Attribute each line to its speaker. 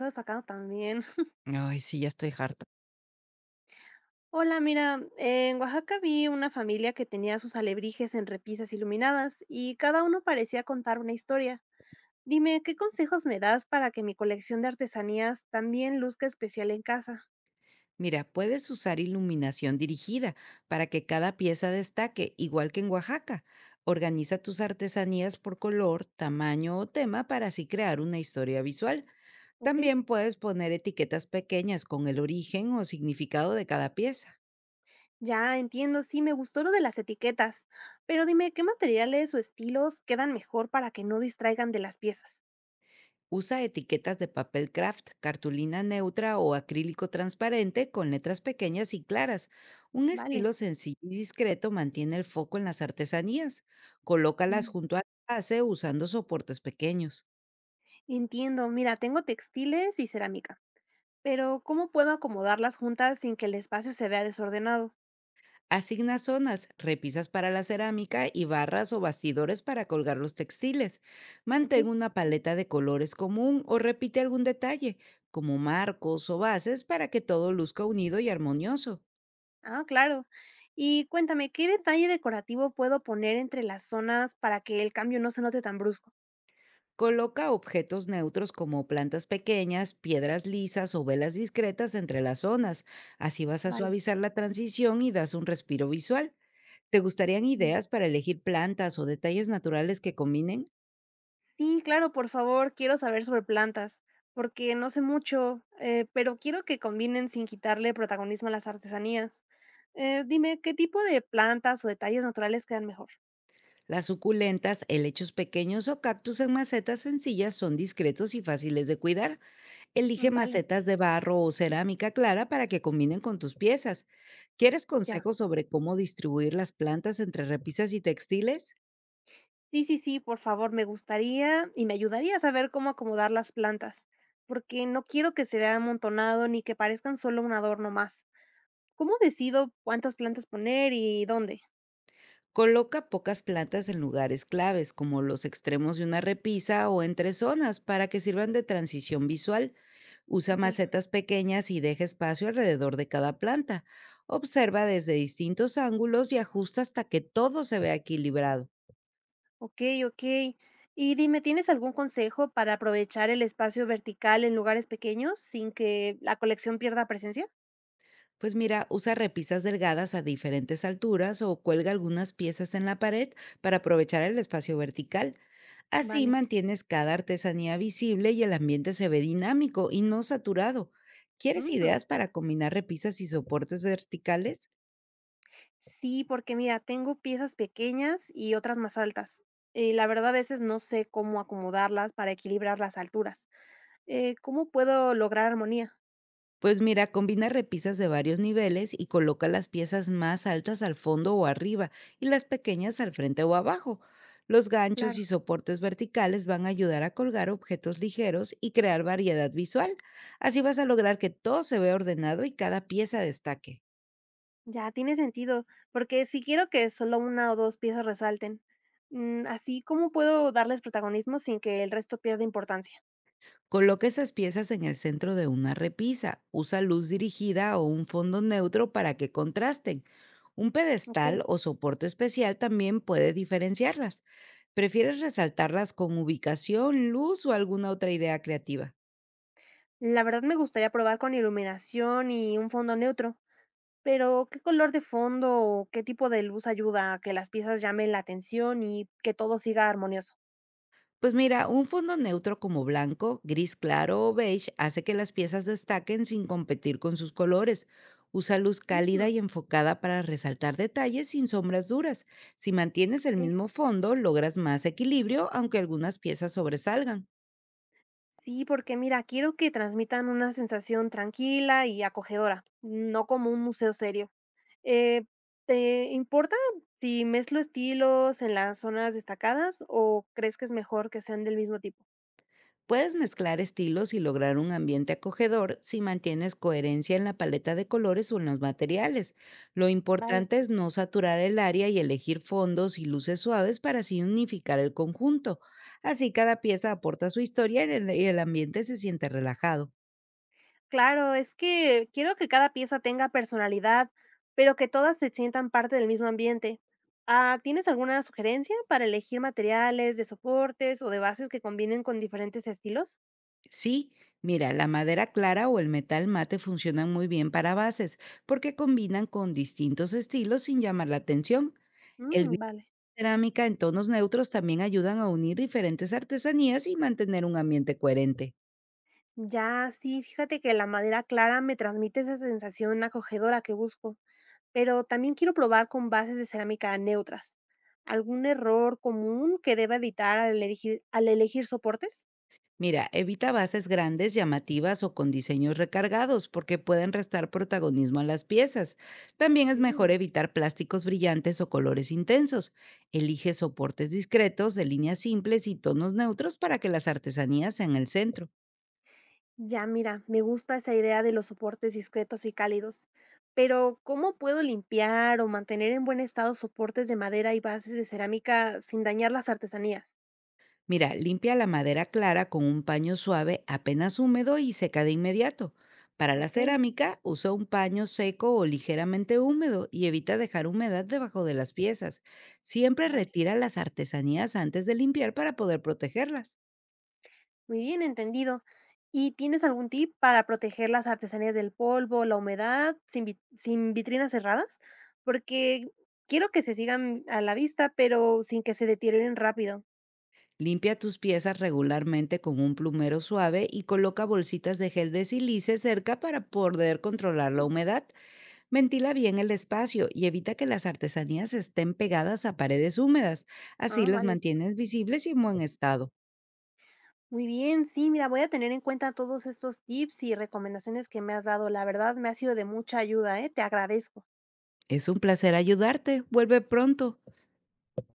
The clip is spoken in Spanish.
Speaker 1: Estás acá también.
Speaker 2: Ay, sí, ya estoy harta.
Speaker 1: Hola, mira, en Oaxaca vi una familia que tenía sus alebrijes en repisas iluminadas y cada uno parecía contar una historia. Dime, ¿qué consejos me das para que mi colección de artesanías también luzca especial en casa?
Speaker 2: Mira, puedes usar iluminación dirigida para que cada pieza destaque, igual que en Oaxaca. Organiza tus artesanías por color, tamaño o tema para así crear una historia visual.
Speaker 1: ¿Ok?
Speaker 2: También puedes poner etiquetas pequeñas con el origen o significado de cada pieza.
Speaker 1: Ya entiendo, sí, me gustó lo de las etiquetas, pero dime, ¿qué materiales o estilos quedan mejor para que no distraigan de las piezas?
Speaker 2: Usa etiquetas de papel craft, cartulina neutra o acrílico transparente con letras pequeñas y claras. Un estilo
Speaker 1: Vale.
Speaker 2: sencillo y discreto mantiene el foco en las artesanías. Colócalas
Speaker 1: Mm.
Speaker 2: junto a la base usando soportes pequeños.
Speaker 1: Entiendo, mira, tengo textiles y cerámica, pero ¿cómo puedo acomodarlas juntas sin que el espacio se vea desordenado?
Speaker 2: Asigna zonas, repisas para la cerámica y barras o bastidores para colgar los textiles. Mantén
Speaker 1: Okey.
Speaker 2: una paleta de colores común o repite algún detalle, como marcos o bases, para que todo luzca unido y armonioso.
Speaker 1: Ah, claro. Y cuéntame, ¿qué detalle decorativo puedo poner entre las zonas para que el cambio no se note tan brusco?
Speaker 2: Coloca objetos neutros como plantas pequeñas, piedras lisas o velas discretas entre las zonas. Así vas a
Speaker 1: Vale.
Speaker 2: suavizar la transición y das un respiro visual. ¿Te gustarían
Speaker 1: Mm.
Speaker 2: ideas para elegir plantas o detalles naturales que combinen?
Speaker 1: Sí, claro, por favor, quiero saber sobre plantas, porque no sé mucho, pero quiero que combinen sin quitarle protagonismo a las artesanías. Dime, ¿qué tipo de plantas o detalles naturales quedan mejor?
Speaker 2: Las suculentas, helechos pequeños o cactus en macetas sencillas son discretos y fáciles de cuidar. Elige
Speaker 1: Vale,
Speaker 2: macetas de barro o cerámica clara para que combinen con tus piezas. ¿Quieres
Speaker 1: ya.
Speaker 2: consejos sobre cómo distribuir las plantas entre repisas y textiles?
Speaker 1: Sí, sí, sí, por favor, me gustaría y me ayudaría a saber cómo acomodar las plantas, porque no quiero que se vea amontonado ni que parezcan solo un adorno más. ¿Cómo decido cuántas plantas poner y dónde?
Speaker 2: Coloca pocas plantas en lugares claves, como los extremos de una repisa o entre zonas, para que sirvan de transición visual. Usa
Speaker 1: Ok,
Speaker 2: macetas pequeñas y deja espacio alrededor de cada planta. Observa desde distintos ángulos y ajusta hasta que todo se vea equilibrado.
Speaker 1: ok, ok. Y dime, ¿tienes algún consejo para aprovechar el espacio vertical en lugares pequeños sin que la colección pierda presencia?
Speaker 2: Pues mira, usa repisas delgadas a diferentes alturas o cuelga algunas piezas en la pared para aprovechar el espacio vertical. Así
Speaker 1: Vale.
Speaker 2: mantienes cada artesanía visible y el ambiente se ve dinámico y no saturado. ¿Quieres
Speaker 1: Mm.
Speaker 2: ideas para combinar repisas y soportes verticales?
Speaker 1: Sí, porque mira, tengo piezas pequeñas y otras más altas. Y la verdad, a veces no sé cómo acomodarlas para equilibrar las alturas. ¿Cómo puedo lograr armonía?
Speaker 2: Pues mira, combina repisas de varios niveles y coloca las piezas más altas al fondo o arriba y las pequeñas al frente o abajo. Los ganchos
Speaker 1: Claro,
Speaker 2: y soportes verticales van a ayudar a colgar objetos ligeros y crear variedad visual. Así vas a lograr que todo se vea ordenado y cada pieza destaque.
Speaker 1: ya tiene sentido, porque si quiero que solo una o dos piezas resalten, mm, así ¿cómo puedo darles protagonismo sin que el resto pierda importancia?
Speaker 2: Coloca esas piezas en el centro de una repisa. Usa luz dirigida o un fondo neutro para que contrasten. Un pedestal
Speaker 1: Ok.
Speaker 2: o soporte especial también puede diferenciarlas. ¿Prefieres resaltarlas con ubicación, luz o alguna otra idea creativa?
Speaker 1: La verdad me gustaría probar con iluminación y un fondo neutro, pero ¿qué color de fondo o qué tipo de luz ayuda a que las piezas llamen la atención y que todo siga armonioso?
Speaker 2: Pues mira, un fondo neutro como blanco, gris claro o beige hace que las piezas destaquen sin competir con sus colores. Usa luz cálida
Speaker 1: Mm,
Speaker 2: y enfocada para resaltar detalles sin sombras duras. Si mantienes el
Speaker 1: ok.
Speaker 2: mismo fondo, logras más equilibrio, aunque algunas piezas sobresalgan.
Speaker 1: Sí, porque mira, quiero que transmitan una sensación tranquila y acogedora, no como un museo serio. Eh, ¿Te importa si mezclo estilos en las zonas destacadas o crees que es mejor que sean del mismo tipo?
Speaker 2: Puedes mezclar estilos y lograr un ambiente acogedor si mantienes coherencia en la paleta de colores o en los materiales. Lo
Speaker 1: Vale.
Speaker 2: importante es no saturar el área y elegir fondos y luces suaves para así unificar el conjunto. Así cada pieza aporta su historia y el ambiente se siente relajado.
Speaker 1: Claro, es que quiero que cada pieza tenga personalidad, pero que todas se sientan parte del mismo ambiente. Ah, ¿tienes alguna sugerencia para elegir materiales de soportes o de bases que combinen con diferentes estilos?
Speaker 2: Sí, mira, la madera clara o el metal mate funcionan muy bien para bases porque combinan con distintos estilos sin llamar la atención. El
Speaker 1: Mm, vale.
Speaker 2: cerámica en tonos neutros también ayudan a unir diferentes artesanías y mantener un ambiente coherente.
Speaker 1: Ya, sí, fíjate que la madera clara me transmite esa sensación acogedora que busco. Pero también quiero probar con bases de cerámica neutras. ¿Algún error común que deba evitar al elegir soportes?
Speaker 2: Mira, evita bases grandes, llamativas o con diseños recargados porque pueden restar protagonismo a las piezas. También es mejor
Speaker 1: Mm,
Speaker 2: evitar plásticos brillantes o colores intensos. Elige soportes discretos de líneas simples y tonos neutros para que las artesanías sean el centro.
Speaker 1: ya, mira, me gusta esa idea de los soportes discretos y cálidos. Pero, ¿cómo puedo limpiar o mantener en buen estado soportes de madera y bases de cerámica sin dañar las artesanías?
Speaker 2: Mira, limpia la madera clara con un paño suave apenas húmedo y seca de inmediato. Para la
Speaker 1: Ok,
Speaker 2: cerámica, usa un paño seco o ligeramente húmedo y evita dejar humedad debajo de las piezas. Siempre
Speaker 1: vale.
Speaker 2: retira las artesanías antes de limpiar para poder protegerlas.
Speaker 1: Muy bien, entendido. ¿Y tienes algún tip para proteger las artesanías del polvo, la humedad, sin vitrinas cerradas? Porque quiero que se sigan a la vista, pero sin que se deterioren rápido.
Speaker 2: Limpia tus piezas regularmente con un plumero suave y coloca bolsitas de gel de silice cerca para poder controlar la humedad. Ventila bien el espacio y evita que las artesanías estén pegadas a paredes húmedas. Así
Speaker 1: Ah,
Speaker 2: las
Speaker 1: vale.
Speaker 2: mantienes visibles y en buen estado.
Speaker 1: Muy bien, sí, mira, voy a tener en cuenta todos estos tips y recomendaciones que me has dado. La verdad, me ha sido de mucha ayuda, ¿eh? Te agradezco.
Speaker 2: Es un placer ayudarte. Vuelve pronto.